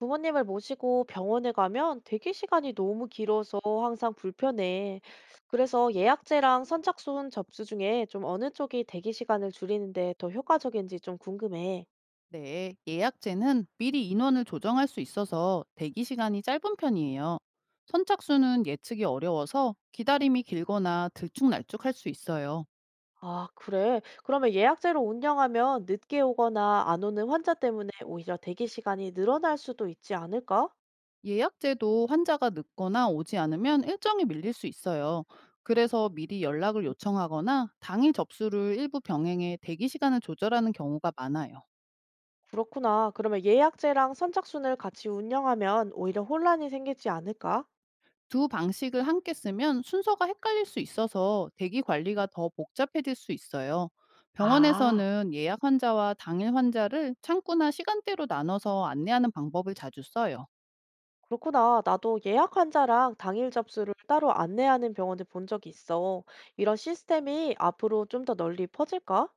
부모님을 모시고 병원에 가면 대기 시간이 너무 길어서 항상 불편해. 그래서 예약제랑 선착순 접수 중에 좀 어느 쪽이 대기 시간을 줄이는데 더 효과적인지 좀 궁금해. 네, 예약제는 미리 인원을 조정할 수 있어서 대기 시간이 짧은 편이에요. 선착순은 예측이 어려워서 기다림이 길거나 들쭉날쭉할 수 있어요. 아, 그래. 그러면 예약제로 운영하면 늦게 오거나 안 오는 환자 때문에 오히려 대기 시간이 늘어날 수도 있지 않을까? 예약제도 환자가 늦거나 오지 않으면 일정이 밀릴 수 있어요. 그래서 미리 연락을 음, 요청하거나 당일 접수를 일부 병행해 대기 시간을 조절하는 경우가 많아요. 그렇구나. 그러면 예약제랑 선착순을 같이 운영하면 오히려 혼란이 생기지 않을까? 두 방식을 함께 쓰면 순서가 헷갈릴 수 있어서 대기 관리가 더 복잡해질 수 있어요. 아. 병원에서는 예약 환자와 당일 환자를 창구나 시간대로 나눠서 안내하는 방법을 자주 써요. 그렇구나. 나도 예약 환자랑 당일 접수를 따로 안내하는 병원을 본 적이 있어. 이런 시스템이 앞으로 좀 더 널리 퍼질까?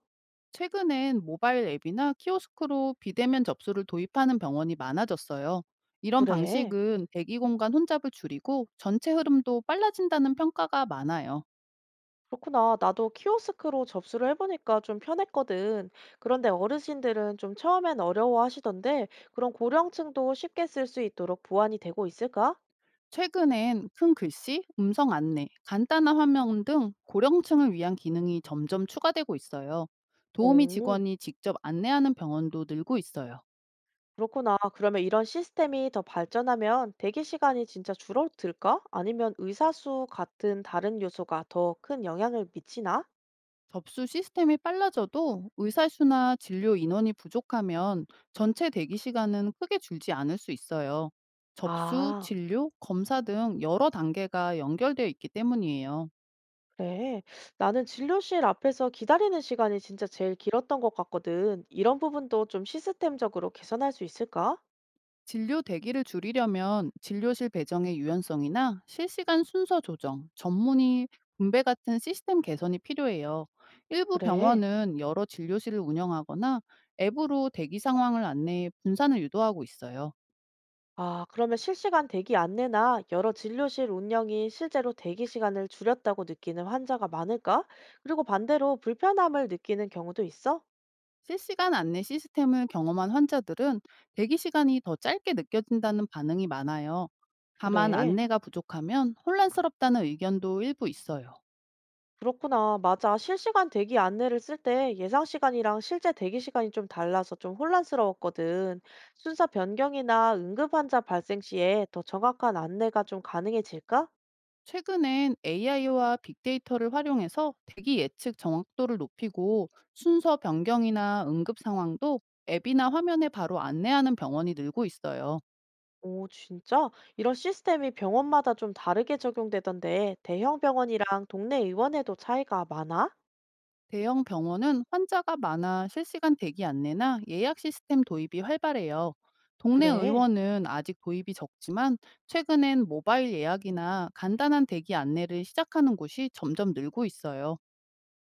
최근엔 모바일 앱이나 키오스크로 비대면 접수를 도입하는 병원이 많아졌어요. 이런 그래. 방식은 대기 공간 혼잡을 줄이고 전체 흐름도 빨라진다는 평가가 많아요. 그렇구나. 나도 키오스크로 접수를 해보니까 좀 편했거든. 그런데 어르신들은 좀 처음엔 어려워하시던데 그런 고령층도 쉽게 쓸 수 있도록 보완이 되고 있을까? 최근엔 큰 글씨, 음성 안내, 간단한 화면 등 고령층을 위한 기능이 점점 추가되고 있어요. 도우미 오, 직원이 직접 안내하는 병원도 늘고 있어요. 그렇구나. 그러면 이런 시스템이 더 발전하면 대기 시간이 진짜 줄어들까? 아니면 의사 수 같은 다른 요소가 더 큰 영향을 미치나? 접수 시스템이 빨라져도 의사수나 진료 인원이 부족하면 전체 대기 시간은 크게 줄지 않을 수 있어요. 접수, 아, 진료, 검사 등 여러 단계가 연결되어 있기 때문이에요. 그래. 나는 진료실 앞에서 기다리는 시간이 진짜 제일 길었던 것 같거든. 이런 부분도 좀 시스템적으로 개선할 수 있을까? 진료 대기를 줄이려면 진료실 배정의 유연성이나 실시간 순서 조정, 전문의 분배 같은 시스템 개선이 필요해요. 일부 그래. 병원은 여러 진료실을 운영하거나 앱으로 대기 상황을 안내해 분산을 유도하고 있어요. 아, 그러면 실시간 대기 안내나 여러 진료실 운영이 실제로 대기 시간을 줄였다고 느끼는 환자가 많을까? 그리고 반대로 불편함을 느끼는 경우도 있어? 실시간 안내 시스템을 경험한 환자들은 대기 시간이 더 짧게 느껴진다는 반응이 많아요. 다만 그래. 안내가 부족하면 혼란스럽다는 의견도 일부 있어요. 그렇구나. 맞아. 실시간 대기 안내를 쓸 때 예상 시간이랑 실제 대기 시간이 좀 달라서 좀 혼란스러웠거든. 순서 변경이나 응급 환자 발생 시에 더 정확한 안내가 좀 가능해질까? 최근엔 AI와 빅데이터를 활용해서 대기 예측 정확도를 높이고 순서 변경이나 응급 상황도 앱이나 화면에 바로 안내하는 병원이 늘고 있어요. 오, 진짜? 이런 시스템이 병원마다 좀 다르게 적용되던데 대형 병원이랑 동네 의원에도 차이가 많아? 대형 병원은 환자가 많아 실시간 대기 안내나 예약 시스템 도입이 활발해요. 동네 그래. 의원은 아직 도입이 적지만 최근엔 모바일 예약이나 간단한 대기 안내를 시작하는 곳이 점점 늘고 있어요.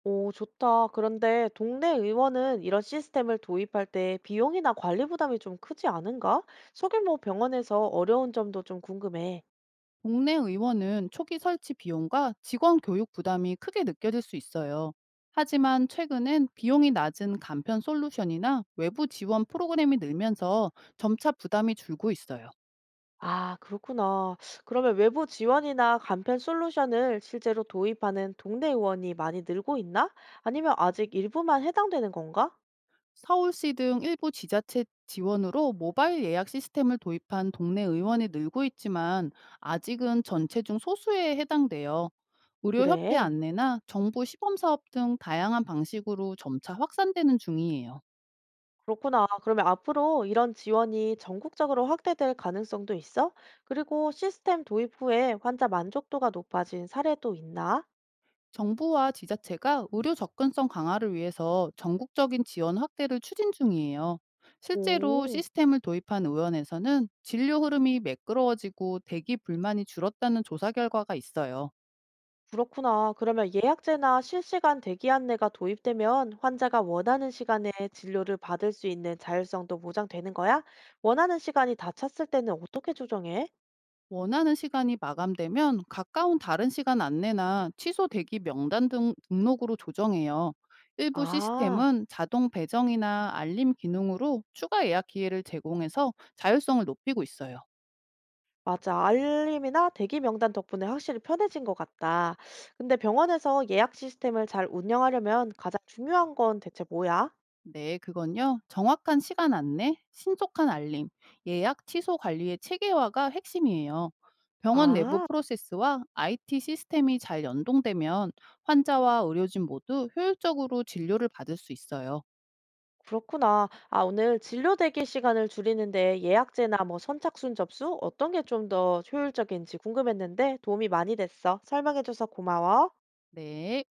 오, 좋다. 그런데 동네 의원은 이런 시스템을 도입할 때 비용이나 관리 부담이 좀 크지 않은가? 소규모 병원에서 어려운 점도 좀 궁금해. 동네 의원은 초기 설치 비용과 직원 교육 부담이 크게 느껴질 수 있어요. 하지만 최근엔 비용이 낮은 간편 솔루션이나 외부 지원 프로그램이 늘면서 점차 부담이 줄고 있어요. 아, 그렇구나. 그러면 외부 지원이나 간편 솔루션을 실제로 도입하는 동네 의원이 많이 늘고 있나? 아니면 아직 일부만 해당되는 건가? 서울시 등 일부 지자체 지원으로 모바일 예약 시스템을 도입한 동네 의원이 늘고 있지만 아직은 전체 중 소수에 해당돼요. 의료협회 그래. 안내나 정부 시범사업 등 다양한 방식으로 점차 확산되는 중이에요. 그렇구나. 그러면 앞으로 이런 지원이 전국적으로 확대될 가능성도 있어? 그리고 시스템 도입 후에 환자 만족도가 높아진 사례도 있나? 정부와 지자체가 의료 접근성 강화를 위해서 전국적인 지원 확대를 추진 중이에요. 실제로 오. 시스템을 도입한 의원에서는 진료 흐름이 매끄러워지고 대기 불만이 줄었다는 조사 결과가 있어요. 그렇구나. 그러면 예약제나 실시간 대기 안내가 도입되면 환자가 원하는 시간에 진료를 받을 수 있는 자율성도 보장되는 거야? 원하는 시간이 다 찼을 때는 어떻게 조정해? 원하는 시간이 마감되면 가까운 다른 시간 안내나 취소 대기 명단 등 등록으로 조정해요. 일부 아, 시스템은 자동 배정이나 알림 기능으로 추가 예약 기회를 제공해서 자율성을 높이고 있어요. 맞아. 알림이나 대기 명단 덕분에 확실히 편해진 것 같다. 근데 병원에서 예약 시스템을 잘 운영하려면 가장 중요한 건 대체 뭐야? 네, 그건요. 정확한 시간 안내, 신속한 알림, 예약 취소 관리의 체계화가 핵심이에요. 병원 내부 아. 프로세스와 IT 시스템이 잘 연동되면 환자와 의료진 모두 효율적으로 진료를 받을 수 있어요. 그렇구나. 아, 오늘 진료 대기 시간을 줄이는데 예약제나 뭐 선착순 접수 어떤 게 좀 더 효율적인지 궁금했는데 도움이 많이 됐어. 설명해줘서 고마워. 네.